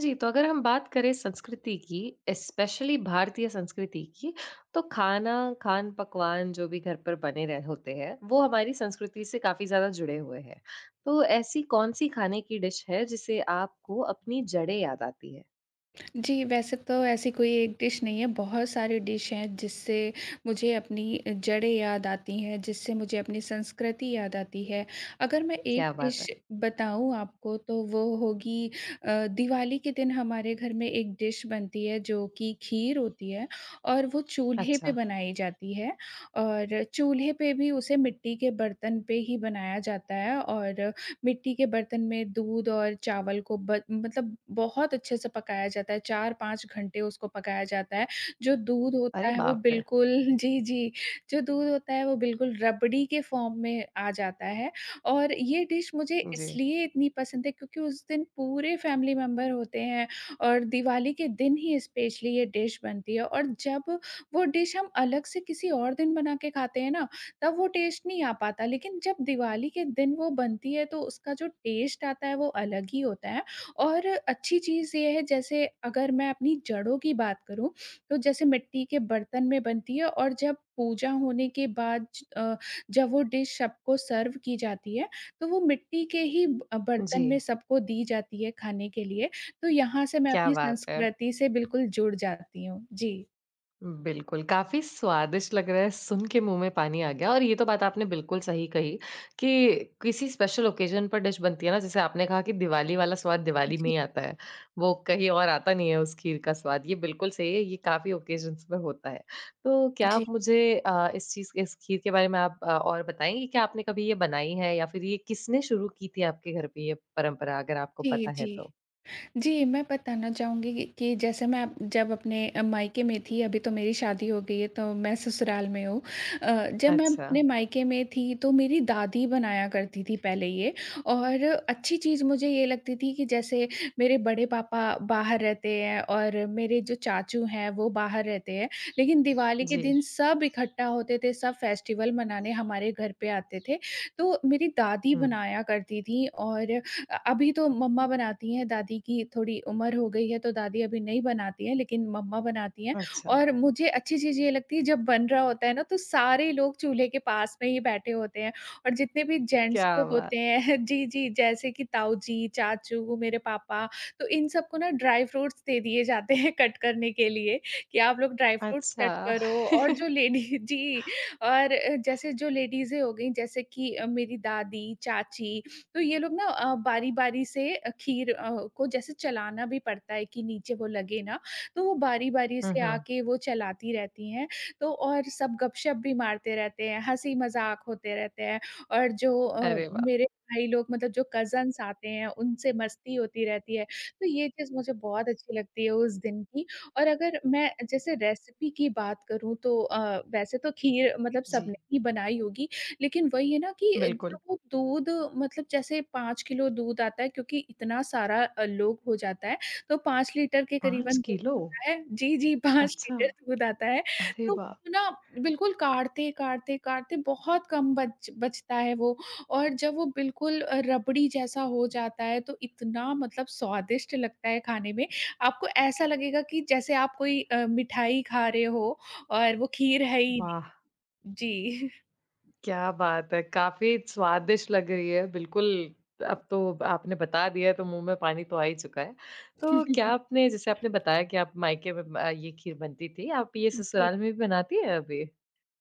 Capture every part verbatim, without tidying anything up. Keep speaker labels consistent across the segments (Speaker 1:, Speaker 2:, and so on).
Speaker 1: जी, तो अगर हम बात करें संस्कृति की, स्पेशली भारतीय संस्कृति की, तो खाना, खान-पकवान जो भी घर पर बने रह होते हैं, वो हमारी संस्कृति से काफ़ी ज़्यादा जुड़े हुए हैं। तो ऐसी कौन-सी खाने की डिश है जिसे आपको अपनी जड़ें याद आती है?
Speaker 2: जी, वैसे तो ऐसी कोई एक डिश नहीं है, बहुत सारी डिश हैं जिससे मुझे अपनी अ, जड़ें याद आती हैं, जिससे मुझे अपनी संस्कृति याद आती है। अगर मैं एक
Speaker 1: क्या बात
Speaker 2: डिश
Speaker 1: है!
Speaker 2: बताऊँ आपको तो वो होगी अ, दिवाली के दिन हमारे घर में एक डिश बनती है जो कि खीर होती है और वो चूल्हे पे
Speaker 1: अच्छा,
Speaker 2: बनाई जाती है और चूल्हे पे भी उसे मिट्टी के बर्तन पे ही बनाया जाता है और मिट्टी के बर्तन में दूध और चावल को ब मतलब बहुत अच्छे से पकाया जाता है, चार पाँच घंटे उसको पकाया जाता है। जो दूध
Speaker 1: अरे
Speaker 2: होता है वो
Speaker 1: बाप रे!
Speaker 2: बिल्कुल जी, जी। जो दूध होता है वो बिल्कुल रबड़ी के फ़ॉर्म में आ जाता है और ये डिश मुझे
Speaker 1: जी,
Speaker 2: इसलिए इतनी पसंद है क्योंकि उस दिन पूरे फैमिली मेंबर होते हैं और दिवाली के दिन ही स्पेशली ये डिश बनती है और जब वो डिश हम अलग से किसी और दिन बना के खाते हैं ना तब वो टेस्ट नहीं आ पाता, लेकिन जब दिवाली के दिन वो बनती है तो उसका जो टेस्ट आता है वो अलग ही होता है और अच्छी चीज़ ये है जैसे अगर मैं अपनी जड़ों की बात करूँ, तो जैसे मिट्टी के बर्तन में बनती है और जब पूजा होने के बाद ज- अ, जब वो डिश सबको सर्व की जाती है, तो वो मिट्टी के ही ब अ,
Speaker 1: जी,
Speaker 2: बर्तन में सबको दी जाती है खाने के लिए, तो यहाँ से मैं
Speaker 1: क्या
Speaker 2: अपनी
Speaker 1: बात है!
Speaker 2: संस्कृति से बिल्कुल जुड़ जाती हूँ। जी।
Speaker 1: बिल्कुल, काफ़ी स्वादिष्ट लग रहा है, सुन के मुँह में पानी आ गया और ये तो बात आपने बिल्कुल सही कही कि किसी स्पेशल ओकेज़न पर डिश बनती है ना, जैसे आपने कहा कि दिवाली वाला स्वाद दिवाली में
Speaker 2: जी।
Speaker 1: ही आता है, वो कहीं और आता नहीं है उस खीर का स्वाद, ये बिल्कुल सही है, ये काफ़ी ओकेज़न्स पे होता है। तो क्या आप मुझे अ, इस चीज़ इस खीर के बारे में आप अ, और बताएँगे कि आपने कभी ये बनाई है या फिर ये किसने शुरू की थी आपके घर पे ये परंपरा, अगर आपको
Speaker 2: जी,
Speaker 1: पता
Speaker 2: जी,
Speaker 1: है
Speaker 2: जी।
Speaker 1: तो?
Speaker 2: जी, मैं बताना चाहूँगी कि कि जैसे मैं अप जब अपने अ, मायके में थी, अभी तो मेरी शादी हो गई है, तो मैं ससुराल में हूँ। अ, जब मैं
Speaker 1: अच्छा,
Speaker 2: अपने मायके में थी, तो मेरी दादी बनाया करती थी पहले ये और अच्छी चीज़ मुझे ये लगती थी कि जैसे मेरे बड़े पापा बाहर रहते हैं और मेरे जो चाचू हैं, वो बाहर रहते हैं। लेकिन दिवाली के
Speaker 1: जी,
Speaker 2: दिन सब इकट्ठा होते थे, सब फेस्टिवल मनाने हमारे घर पे आते थे। तो मेरी दादी
Speaker 1: हुँ,
Speaker 2: बनाया करती थी और अ, अभी तो मम्मा बनाती हैं, दादी की थोड़ी उम्र हो गई है तो दादी अभी नहीं बनाती हैं, लेकिन मम्मा बनाती हैं
Speaker 1: अच्छा,
Speaker 2: और मुझे अच्छी चीज़ ये लगती है जब बन रहा होता है ना तो सारे लोग चूल्हे के पास में ही बैठे होते हैं और जितने भी जेंट्स
Speaker 1: क्या
Speaker 2: लोग
Speaker 1: बात!
Speaker 2: होते हैं जी, जी, जैसे कि ताऊ जी, चाचू, मेरे पापा, तो इन सबको ना ड्राई फ्रूट्स दे दिए जाते हैं कट करने के लिए कि आप लोग ड्राई फ्रूट्स
Speaker 1: अच्छा।
Speaker 2: कट करो और जो लेडी जी और अ, जैसे जो लेडीज़ें हो गईं जैसे कि अ, मेरी दादी, चाची तो ये लोग ना अ, बारी-बारी से अ, खीर अ, को जैसे चलाना भी पड़ता है कि नीचे वो लगे ना, तो वो बारी-बारी
Speaker 1: हुँ,
Speaker 2: से
Speaker 1: हुँ।
Speaker 2: आके वो चलाती रहती हैं। तो और सब गपशप भी मारते रहते हैं, हँसी-मज़ाक होते रहते हैं और जो अ,
Speaker 1: अरे वाह!
Speaker 2: मेरे भाई लोग मतलब जो कज़न्स आते हैं, उनसे मस्ती होती रहती है। तो ये चीज़ मुझे बहुत अच्छी लगती है उस दिन की और अगर मैं जैसे रेसिपी की बात करूँ तो अ, वैसे तो खीर मतलब
Speaker 1: जी,
Speaker 2: सबने ही बनाई होगी लेकिन वही है ना कि
Speaker 1: बिल्कुल।
Speaker 2: जब वो दूध मतलब जैसे पाँच किलो दूध आता है क्योंकि इतना सारा अ, लोग हो जाता है, तो पाँच लीटर के
Speaker 1: पाँच
Speaker 2: करीबन दूध
Speaker 1: किलो?
Speaker 2: आता है जी, जी, पाँच
Speaker 1: अच्छा,
Speaker 2: लीटर दूध आता है।
Speaker 1: अरे
Speaker 2: तो
Speaker 1: वाह!
Speaker 2: वो ना बिल्कुल काढ़ते-काढ़ते-काढ़ते बहुत कम बच बचता है वो और जब वो बिल्कुल अ, रबड़ी जैसा हो जाता है तो इतना मतलब स्वादिष्ट लगता है खाने में। आपको ऐसा लगेगा कि जैसे आप कोई अ, मिठाई खा रहे हो और वो खीर है ही
Speaker 1: वाह!
Speaker 2: नहीं। जी।
Speaker 1: क्या बात है, काफ़ी स्वादिष्ट लग रही है, बिल्कुल अब तो आपने बता दिया है तो मुँह में पानी तो आ ही चुका है। तो क्या आपने जैसे आपने बताया कि आप मायके में अ, ये खीर बनती थी, आप ये
Speaker 2: जी।
Speaker 1: ससुराल में भी बनाती हैं अभी?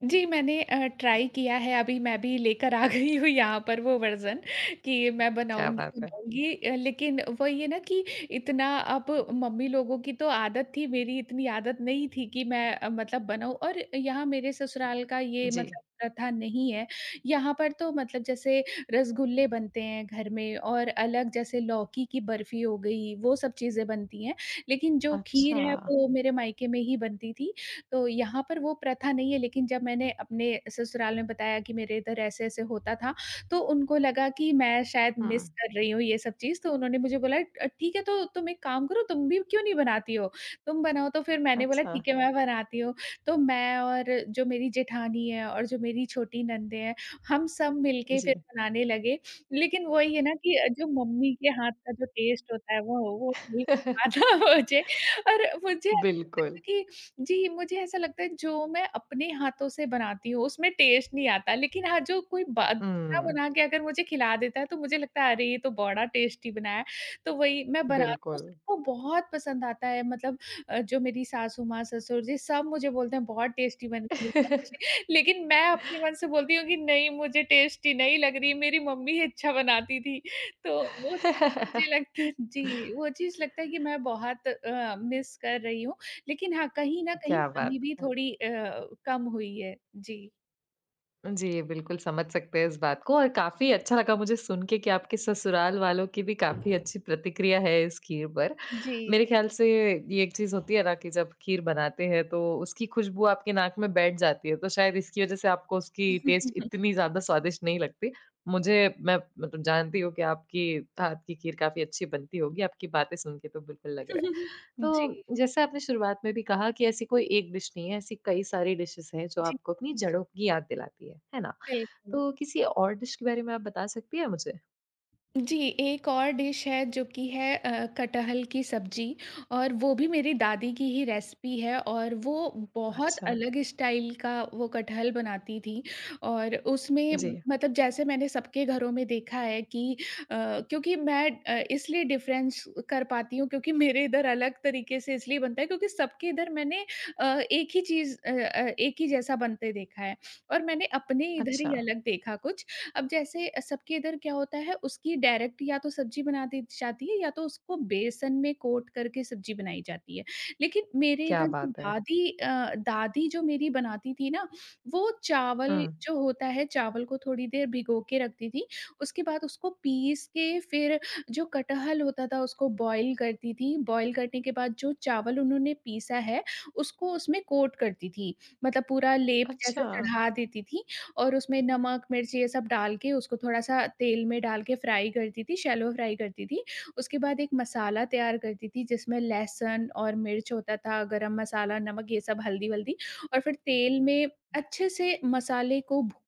Speaker 2: जी, मैंने अ, ट्राई किया है अभी मैं भी लेकर आ गई हूँ यहाँ पर वो वर्ज़न कि मैं
Speaker 1: क्या
Speaker 2: बनाऊँगी,
Speaker 1: बात है।
Speaker 2: बनाऊँगी अ, लेकिन वही है ना कि इतना अब मम्मी लोगों की तो आदत थी, मेरी इतनी आदत नहीं थी कि मैं अ, मतलब बनाऊँ और यहाँ मेरे ससुराल का ये
Speaker 1: जी।
Speaker 2: मतलब प्रथा नहीं है। यहाँ पर तो मतलब जैसे रसगुल्ले बनते हैं घर में और अलग जैसे लौकी की बर्फ़ी हो गई, वो सब चीज़ें बनती हैं। लेकिन जो खीर
Speaker 1: अच्छा।
Speaker 2: है, वो मेरे मायके में ही बनती थी तो यहाँ पर वो प्रथा नहीं है लेकिन जब मैंने अपने ससुराल में बताया कि मेरे इधर ऐसे-ऐसे होता था, तो उनको लगा कि मैं शायद मिस
Speaker 1: हुँ,
Speaker 2: कर रही हूँ ये सब चीज़, तो उन्होंने मुझे बोला अ, "ठीक है, तो तुम एक काम करो, तुम भी क्यों नहीं बनाती हो? तुम बनाओ।" तो फिर मैंने बोला,
Speaker 1: अच्छा।
Speaker 2: "ठीक है, मैं बनाती हूँ।" तो मैं और जो मेरी जेठानी है और जो मेरी छोटी ननदें हैं, हम सब मिलके
Speaker 1: जी,
Speaker 2: फिर बनाने लगे। लेकिन वही है ना कि अ, जो मम्मी के हाथ का जो टेस्ट होता है, वो वो नहीं आ था मुझे और मुझे ऐसा लगता
Speaker 1: बिल्कुल।
Speaker 2: था कि जी, मुझे ऐसा लगता है जो मैं अपने हाथों से बनाती हूँ उसमें टेस्ट नहीं आता, लेकिन हाँ, जो कोई बा दूसरा
Speaker 1: हुँ,
Speaker 2: बना के अगर मुझे खिला देता है तो मुझे लगता है अरे ये तो बड़ा टेस्टी बनाया है। तो वही मैं बनाती हूँ
Speaker 1: बिल्कुल।
Speaker 2: सबको बहुत पसंद आता है मतलब अ, जो मेरी सासू माँ, ससुर जी सब मुझे बोलते हैं बहुत टेस्टी बनी है, बहुत टेस्टी लेकिन मैं अपने मन से बोलती हूँ कि नहीं मुझे टेस्टी नहीं लग रही, मेरी मम्मी ही अच्छा बनाती थी। तो वो चीज़ मुझे लगता है जी, वो चीज़ लगता है कि मैं बहुत अ, मिस कर रही हूँ। लेकिन हाँ, कहीं न कहीं
Speaker 1: क्या बात
Speaker 2: कमी भी
Speaker 1: है।
Speaker 2: थोड़ी अ, कम हुई है। जी।
Speaker 1: जी, बिल्कुल समझ सकते हैं इस बात को और काफ़ी अच्छा लगा मुझे सुन के कि आपके ससुराल वालों की भी काफ़ी अच्छी प्रतिक्रिया है इस खीर पर।
Speaker 2: जी।
Speaker 1: मेरे ख़्याल से ये एक चीज़ होती है ना कि जब खीर बनाते हैं तो उसकी खुशबू आपके नाक में बैठ जाती है, तो शायद इसकी वज़ह से आपको उसकी
Speaker 2: जी,
Speaker 1: टेस्ट इतनी ज़्यादा स्वादिष्ट नहीं लगती। मुझे मैं मतलब जानती हूँ कि आपकी हाथ की खीर काफ़ी अच्छी बनती होगी, आपकी बातें सुन के तो बिल्कुल लग रहा है। तो जैसे आपने शुरुआत में भी कहा कि ऐसी कोई एक डिश नहीं है, ऐसी कई सारी डिशेज़ हैं जो
Speaker 2: जी,
Speaker 1: आपको अपनी
Speaker 2: जी।
Speaker 1: जड़ों की याद दिलाती है, है ना?
Speaker 2: बिल्कुल।
Speaker 1: तो किसी और डिश के बारे में आप बता सकती हैं मुझे?
Speaker 2: जी, एक और डिश है जो कि है अ, कटहल की सब्ज़ी और वो भी मेरी दादी की ही रेसिपी है और वो बहुत
Speaker 1: अच्छा,
Speaker 2: अलग स्टाइल का वो कटहल बनाती थी और उसमें
Speaker 1: जी,
Speaker 2: मतलब जैसे मैंने सबके घरों में देखा है कि अ, क्योंकि मैं अ, इसलिए डिफ़रेंस कर पाती हूँ क्योंकि मेरे इधर अलग तरीके से इसलिए बनता है क्योंकि सबके इधर मैंने अ, एक ही चीज़ अ अ, एक ही जैसा बनते देखा है और मैंने अपने इधर
Speaker 1: अच्छा।
Speaker 2: ही अलग देखा कुछ। अब जैसे अ, सबके इधर क्या होता है उसकी डायरेक्ट या तो सब्जी बना दी जाती है या तो उसको बेसन में कोट करके सब्जी बनाई जाती है। लेकिन मेरे
Speaker 1: क्या
Speaker 2: इधर जो
Speaker 1: बात है!
Speaker 2: दादी अ, दादी जो मेरी बनाती थी ना, वो चावल
Speaker 1: हुँ।
Speaker 2: जो होता है चावल को थोड़ी देर भिगो के रखती थी। उसके बाद उसको पीस के फिर जो कटहल होता था उसको बॉयल करती थी। बॉयल करने के बाद जो चावल उन्होंने पीसा है उसको उसमें कोट करती थी। मतलब पूरा लेप
Speaker 1: अच्छा।
Speaker 2: जैसा चढ़ा देती थी और उसमें नमक, मिर्च ये सब डाल के उसको थोड़ा-सा तेल में डाल के फ्राई करती थी, शैलो फ्राई करती थी। उसके बाद एक मसाला तैयार करती थी जिसमें लहसुन और मिर्च होता था, गरम मसाला, नमक ये सब हल्दी-वल्दी और फिर तेल में अच्छे से मसाले को भू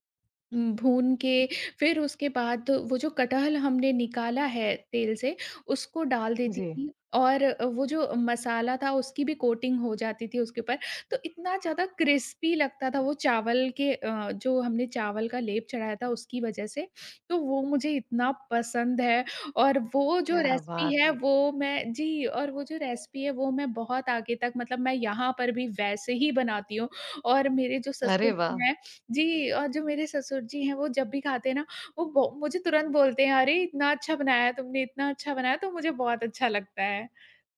Speaker 2: उम, भून के फिर उसके बाद वो जो कटहल हमने निकाला है तेल से, उसको डाल देती
Speaker 1: जी।
Speaker 2: थी और वो जो मसाला था उसकी भी कोटिंग हो जाती थी उसके ऊपर। तो इतना ज़्यादा क्रिस्पी लगता था वो चावल के अ, जो हमने चावल का लेप चढ़ाया था उसकी वज़ह से, तो वो मुझे इतना पसंद है और वो जो
Speaker 1: क्या
Speaker 2: रेसिपी
Speaker 1: बात
Speaker 2: है
Speaker 1: है!
Speaker 2: वो मैं जी और वो जो रेसिपी है वो मैं बहुत आगे तक मतलब मैं यहाँ पर भी वैसे ही बनाती हूँ और मेरे जो
Speaker 1: अरे
Speaker 2: ससुर
Speaker 1: वाह!
Speaker 2: जी हैं जी और जो मेरे ससुर जी हैं, वो जब भी खाते हैं ना, वो बो मुझे तुरंत बोलते हैं, "अरे! "इतना अच्छा बनाया तुमने, इतना अच्छा बनाया।" तो मुझे बहुत अच्छा लगता है।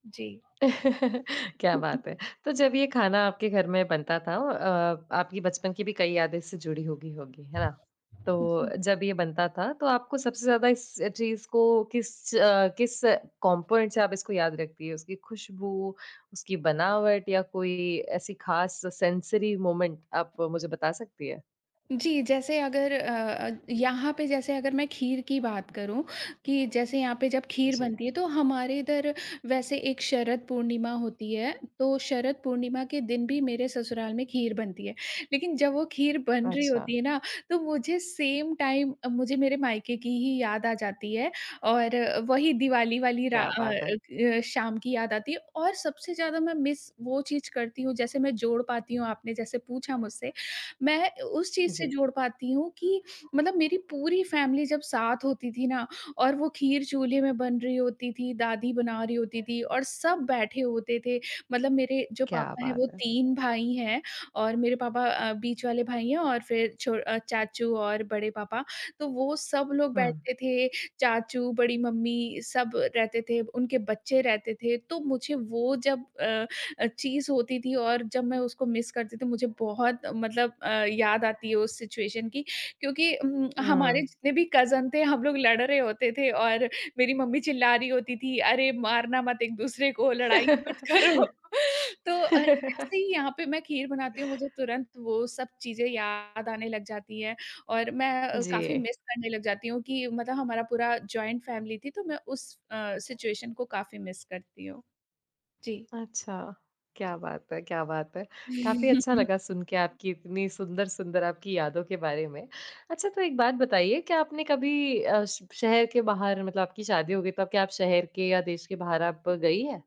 Speaker 2: जी।
Speaker 1: क्या
Speaker 2: हुँ, हुँ।
Speaker 1: बात है! तो जब ये खाना आपके घर में बनता था अ, आपकी बचपन की भी कई यादें इससे जुड़ी होगी होगी, है ना?
Speaker 2: जी।
Speaker 1: तो जब ये बनता था तो आपको सबसे ज़्यादा इस चीज़ को किस अ, किस कंपोनेंट से आप इसको याद रखती है? उसकी खुशबू, उसकी बनावट या कोई ऐसी ख़ास सेंसरी मोमेंट आप मुझे बता सकती है?
Speaker 2: जी, जैसे अगर अ अ, यहाँ पे जैसे अगर मैं खीर की बात करूँ कि जैसे यहाँ पे जब खीर
Speaker 1: जी।
Speaker 2: बनती है तो हमारे इधर वैसे एक शरद पूर्णिमा होती है, तो शरद पूर्णिमा के दिन भी मेरे ससुराल में खीर बनती है। लेकिन जब वो खीर बन रही
Speaker 1: अच्छा,
Speaker 2: होती है ना, तो मुझे सेम टाइम अ, मुझे मेरे मायके की ही याद आ जाती है और वही दिवाली वाली रा
Speaker 1: क्या
Speaker 2: अ
Speaker 1: बात है!
Speaker 2: अ, शाम की याद आती है और सबसे ज़्यादा मैं मिस वो चीज़ करती हूँ, जैसे मैं जोड़ पाती हूँ, आपने जैसे पूछा मुझसे मैं उस चीज़ से
Speaker 1: जी,
Speaker 2: जोड़ पाती हूँ कि मतलब मेरी पूरी फैमिली जब साथ होती थी ना और वो खीर चूल्हे में बन रही होती थी, दादी बना रही होती थी और सब बैठे होते थे। मतलब मेरे जो
Speaker 1: क्या
Speaker 2: पापा हैं वो
Speaker 1: बात है!
Speaker 2: तीन भाई हैं और मेरे पापा अ, बीच वाले भाई हैं और फिर छो अ, चाचू और बड़े पापा, तो वो सब लोग
Speaker 1: हुँ,
Speaker 2: बैठते थे, चाचू, बड़ी मम्मी सब रहते थे, उनके बच्चे रहते थे। तो मुझे वो जब अ, अ, चीज़ होती थी और जब मैं उसको मिस करती थी मुझे बहुत मतलब अ, याद आती है उस सिचुएशन की क्योंकि उम, हमारे
Speaker 1: हुँ।
Speaker 2: जितने भी कज़न थे हम लोग लड़ रहे होते थे और मेरी मम्मी चिल्ला रही होती थी, "अरे! मारना मत एक-दूसरे को, लड़ाई मत करो।" तो अ, ऐसे ही यहाँ पे मैं खीर बनाती हूँ मुझे तुरंत वो सब चीज़ें याद आने लग जाती हैं और मैं अ,
Speaker 1: जी।
Speaker 2: काफ़ी मिस करने लग जाती हूँ कि मतलब हमारा पूरा जॉइंट फैमिली थी तो मैं उस अ, सिचुएशन को काफ़ी मिस करती हूँ। जी।
Speaker 1: अच्छा, क्या बात है, क्या बात है। काफ़ी अच्छा लगा सुन के आपकी इतनी सुंदर-सुंदर आपकी यादों के बारे में। अच्छा तो एक बात बताइए क्या आपने कभी अ, श शहर के बाहर मतलब आपकी शादी हो गई तब क्या आप शहर के या देश के बाहर आप गई हैं?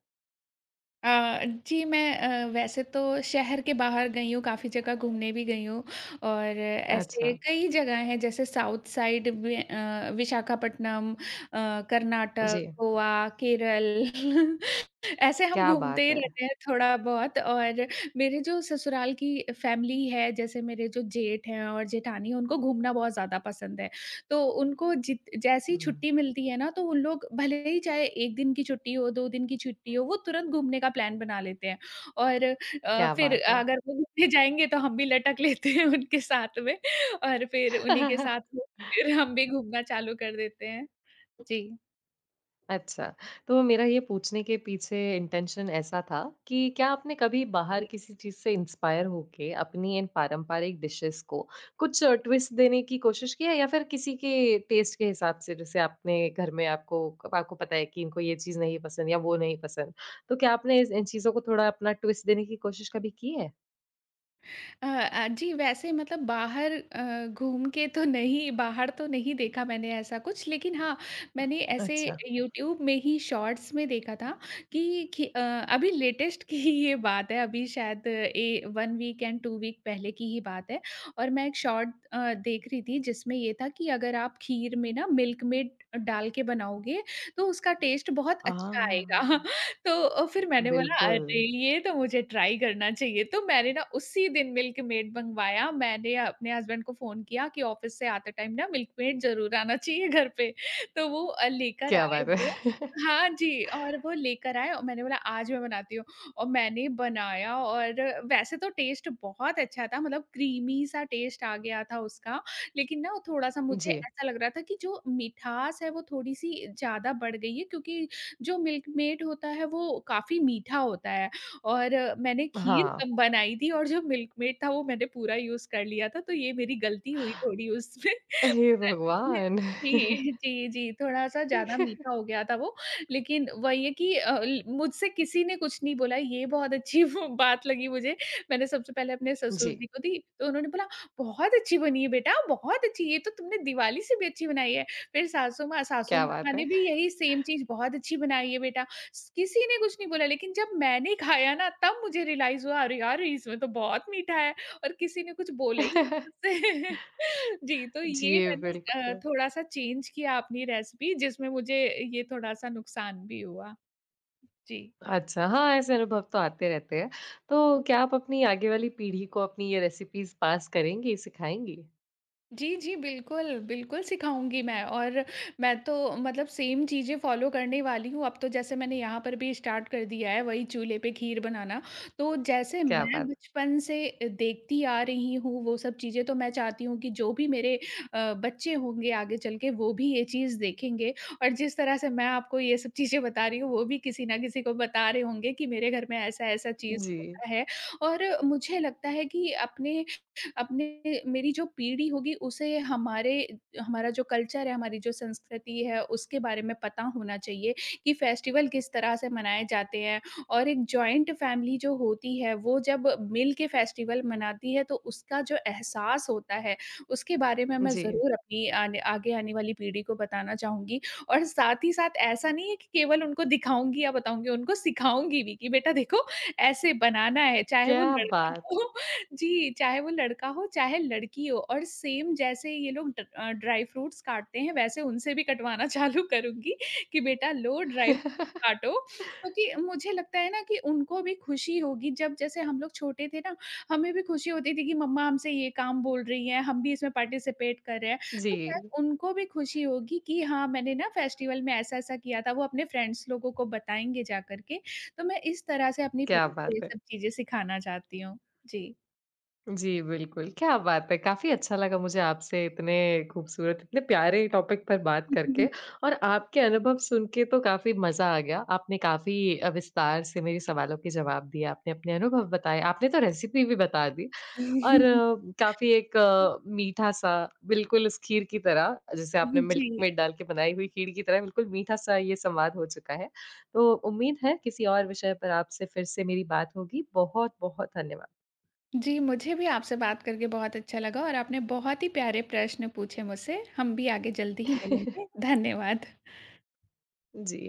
Speaker 2: अ, जी, मैं अ, वैसे तो शहर के बाहर गई हूँ, काफ़ी जगह घूमने भी गई हूँ और ऐसे
Speaker 1: अच्छा,
Speaker 2: कई जगह हैं जैसे साउथ साइड में अ, विशाखापट्टनम अ, कर्नाटक,
Speaker 1: जी।
Speaker 2: गोवा, केरल। ऐसे हम
Speaker 1: क्या
Speaker 2: घूमते
Speaker 1: बात
Speaker 2: ही
Speaker 1: है।
Speaker 2: रहते हैं थोड़ा बहुत और मेरे जो ससुराल की फैमिली है, जैसे मेरे जो जेठ हैं और जेठानी हैं, उनको घूमना बहुत ज़्यादा पसंद है। तो उनको जित जैसे ही
Speaker 1: हुँ,
Speaker 2: छुट्टी मिलती है ना, तो उन लोग भले ही चाहे एक दिन की छुट्टी हो, दो दिन की छुट्टी हो, वो तुरंत घूमने का प्लान बना लेते हैं। और अ,
Speaker 1: क्या
Speaker 2: फिर
Speaker 1: बात है।
Speaker 2: अगर वो घूमने जाएँगे तो हम भी लटक लेते हैं उनके साथ में और फिर उन्हीं के साथ में फिर हम भी घूमना चालू कर देते हैं। जी।
Speaker 1: अच्छा, तो मेरा ये पूछने के पीछे इंटेंशन ऐसा था कि क्या आपने कभी बाहर
Speaker 2: जी
Speaker 1: किसी चीज़ से इंस्पायर होके अपनी इन पारंपरिक डिशेज़ को कुछ ट्विस्ट देने की कोशिश की है या फिर किसी के टेस्ट के हिसाब से जैसे आपने घर में आपको आपको पता है कि इनको ये चीज़ नहीं पसंद या वो नहीं पसंद, तो क्या आपने इस इन चीज़ों को थोड़ा अपना ट्विस्ट देने की कोशिश कभी की है?
Speaker 2: अ अ, जी, वैसे मतलब बाहर अ, घूम के तो नहीं बाहर तो नहीं देखा मैंने ऐसा कुछ, लेकिन हाँ, मैंने ऐसे
Speaker 1: अच्छा।
Speaker 2: यूट्यूब में ही शॉर्ट्स में देखा था कि खि अ, अभी लेटेस्ट की ही ये बात है, अभी शायद a one week and two week पहले की ही बात है और मैं एक शॉर्ट अ, देख रही थी जिसमें ये था कि अगर आप खीर में ना मिल्क मेड डाल के बनाओगे, तो उसका टेस्ट बहुत अच्छा
Speaker 1: आ,
Speaker 2: आएगा। तो अ, फिर मैंने बोला
Speaker 1: बिल्कुल।
Speaker 2: अरे! ये तो मुझे ट्राई करना चाहिए। तो मैंने ना उसी दिन मिल्क मेड मँगवाया। मैंने अपने हस्बैंड को फ़ोन किया कि ऑफ़िस से आते टाइम ना मिल्क मेड ज़रूर आना चाहिए घर पे। तो वो अ, लेकर
Speaker 1: क्या
Speaker 2: आए
Speaker 1: बात है!
Speaker 2: वो हाँ जी, और वो लेकर आए और मैंने बोला आज मैं बनाती हूँ। और मैंने बनाया और वैसे तो टेस्ट बहुत अच्छा था मतलब क्रीमी सा टेस्ट आ गया था उसका। लेकिन ना थोड़ा-सा मुझे
Speaker 1: जी।
Speaker 2: ऐसा लग रहा था कि जो मिठास है वो थोड़ी-सी ज़्यादा बढ़ गई है क्योंकि जो मिल्कमेड होता है वो काफ़ी मीठा होता है और मैंने खीर
Speaker 1: हाँ।
Speaker 2: कम बनाई थी और जो मिल्कमेड था वो मैंने पूरा यूज़ कर लिया था, तो ये मेरी गलती हुई थोड़ी उसमें।
Speaker 1: हे भगवान!
Speaker 2: जी, जी, जी, थोड़ा-सा ज़्यादा मीठा हो गया था वो, लेकिन वही है कि अ, ल मुझसे किसी ने कुछ नहीं बोला, ये बहुत अच्छी वो बात लगी मुझे। मैंने सबसे पहले अपने
Speaker 1: जी।
Speaker 2: ससुर जी को दी, तो उन्होंने बोला, "बहुत अच्छी बनी है बेटा, बहुत अच्छी, ये तो तुमने दिवाली से भी अच्छी बनाई है।" फिर सासू माँ सासू
Speaker 1: क्या
Speaker 2: माँ
Speaker 1: बात है!
Speaker 2: ने भी यही सेम चीज़ बहुत अच्छी बनाई है बेटा। स किसी ने कुछ नहीं बोला लेकिन जब मैंने खाया ना तब मुझे रियलाइज़ हुआ अरे यार! इसमें तो बहुत मीठा है और किसी ने कुछ बोला ही नहीं मुझसे। जी, तो ये
Speaker 1: जी,
Speaker 2: मैंने अ,
Speaker 1: बिल्कुल।
Speaker 2: थोड़ा-सा चेंज किया अपनी रेसिपी जिसमें मुझे ये थोड़ा-सा नुकसान भी हुआ। जी।
Speaker 1: अच्छा, हाँ, ऐसे अनुभव तो आते रहते हैं। तो क्या आप अपनी आगे वाली पीढ़ी को अपनी ये रेसिपीज़ पास करेंगी, सिखाएँगी?
Speaker 2: जी, जी, बिल्कुल, बिल्कुल सिखाऊँगी मैं और मैं तो मतलब सेम चीज़ें फ़ॉलो करने वाली हूँ। अब तो जैसे मैंने यहाँ पर भी स्टार्ट कर दिया है वही चूल्हे पे खीर बनाना। तो जैसे
Speaker 1: क्या
Speaker 2: मैं
Speaker 1: बात!
Speaker 2: बचपन से अ, देखती आ रही हूँ वो सब चीज़ें तो मैं चाहती हूँ कि जो भी मेरे अ, बच्चे होंगे आगे चल के वो भी ये चीज़ देखेंगे और जिस तरह से मैं आपको ये सब चीज़ें बता रही हूँ वो भी किसी न किसी को बता रहे होंगे कि मेरे घर में ऐसा-ऐसा चीज़
Speaker 1: जी,
Speaker 2: होता है। और मुझे लगता है कि अपने अपने मेरी जो पीढ़ी होगी उसे हमारे हमारा जो कल्चर है, हमारी जो संस्कृति है, उसके बारे में पता होना चाहिए कि फेस्टिवल किस तरह से मनाए जाते हैं और एक जॉइंट फैमिली जो होती है, वो जब मिल के फेस्टिवल मनाती है, तो उसका जो एहसास होता है, उसके बारे में मैं
Speaker 1: जी।
Speaker 2: ज़रूर अपनी आने आगे आने वाली पीढ़ी को बताना चाहूँगी और साथ ही साथ ऐसा नहीं है कि केवल उनको दिखाऊँगी या बताऊँगी, उनको सिखाऊँगी भी कि बेटा देखो, ऐसे बनाना है, चाहे वो
Speaker 1: क्या
Speaker 2: लड़का
Speaker 1: बात!
Speaker 2: हो जी, चाहे वो लड़का हो, चाहे लड़की हो और सेम जैसे ये लोग ड अ, ड्राई फ्रूट्स काटते हैं, वैसे उनसे भी कटवाना चालू करूँगी कि बेटा लो ड्राई फ्रूट्स काटो। क्योंकि मुझे लगता है ना कि उनको भी खुशी होगी जब जैसे हम लोग छोटे थे ना, हमें भी खुशी होती थी कि मम्मा हमसे ये काम बोल रही हैं, हम भी इसमें पार्टिसिपेट कर रहे हैं। तो
Speaker 1: जी,
Speaker 2: शायद उनको भी खुशी होगी कि हाँ, मैंने ना फेस्टिवल में ऐसा-ऐसा किया था, वो अपने फ्रेंड्स लोगों को बताएँगे जा कर के। तो मैं इस तरह से अपनी
Speaker 1: क्या
Speaker 2: पीढ़ी को ये
Speaker 1: बात है!
Speaker 2: सब चीज़ें सिखाना चाहती हूँ। जी।
Speaker 1: जी, बिल्कुल, क्या बात है! काफ़ी अच्छा लगा मुझे आपसे इतने खूबसूरत, इतने प्यारे टॉपिक पर बात करके
Speaker 2: हुँ,
Speaker 1: और आपके अनुभव सुन के तो काफ़ी मज़ा आ गया। आपने काफ़ी अ, विस्तार से मेरे सवालों के जवाब दिए, आपने अपने अनुभव बताए, आपने तो रेसिपी भी बता दी। और
Speaker 2: हुँ,
Speaker 1: काफ़ी एक अ, मीठा-सा बिल्कुल उस खीर की तरह जैसे आपने
Speaker 2: हुँ।
Speaker 1: मिल्क
Speaker 2: जी।
Speaker 1: मेड डाल के बनाई हुई खीर की तरह बिल्कुल मीठा-सा ये संवाद हो चुका है। तो उम्मीद है किसी और विषय पर आपसे फिर से मेरी बात होगी। बहुत-बहुत धन्यवाद।
Speaker 2: जी, मुझे भी आपसे बात करके बहुत अच्छा लगा और आपने बहुत ही प्यारे प्रश्न पूछे मुझसे। हम भी आगे जल्दी ही मिलेंगे। धन्यवाद।
Speaker 1: जी।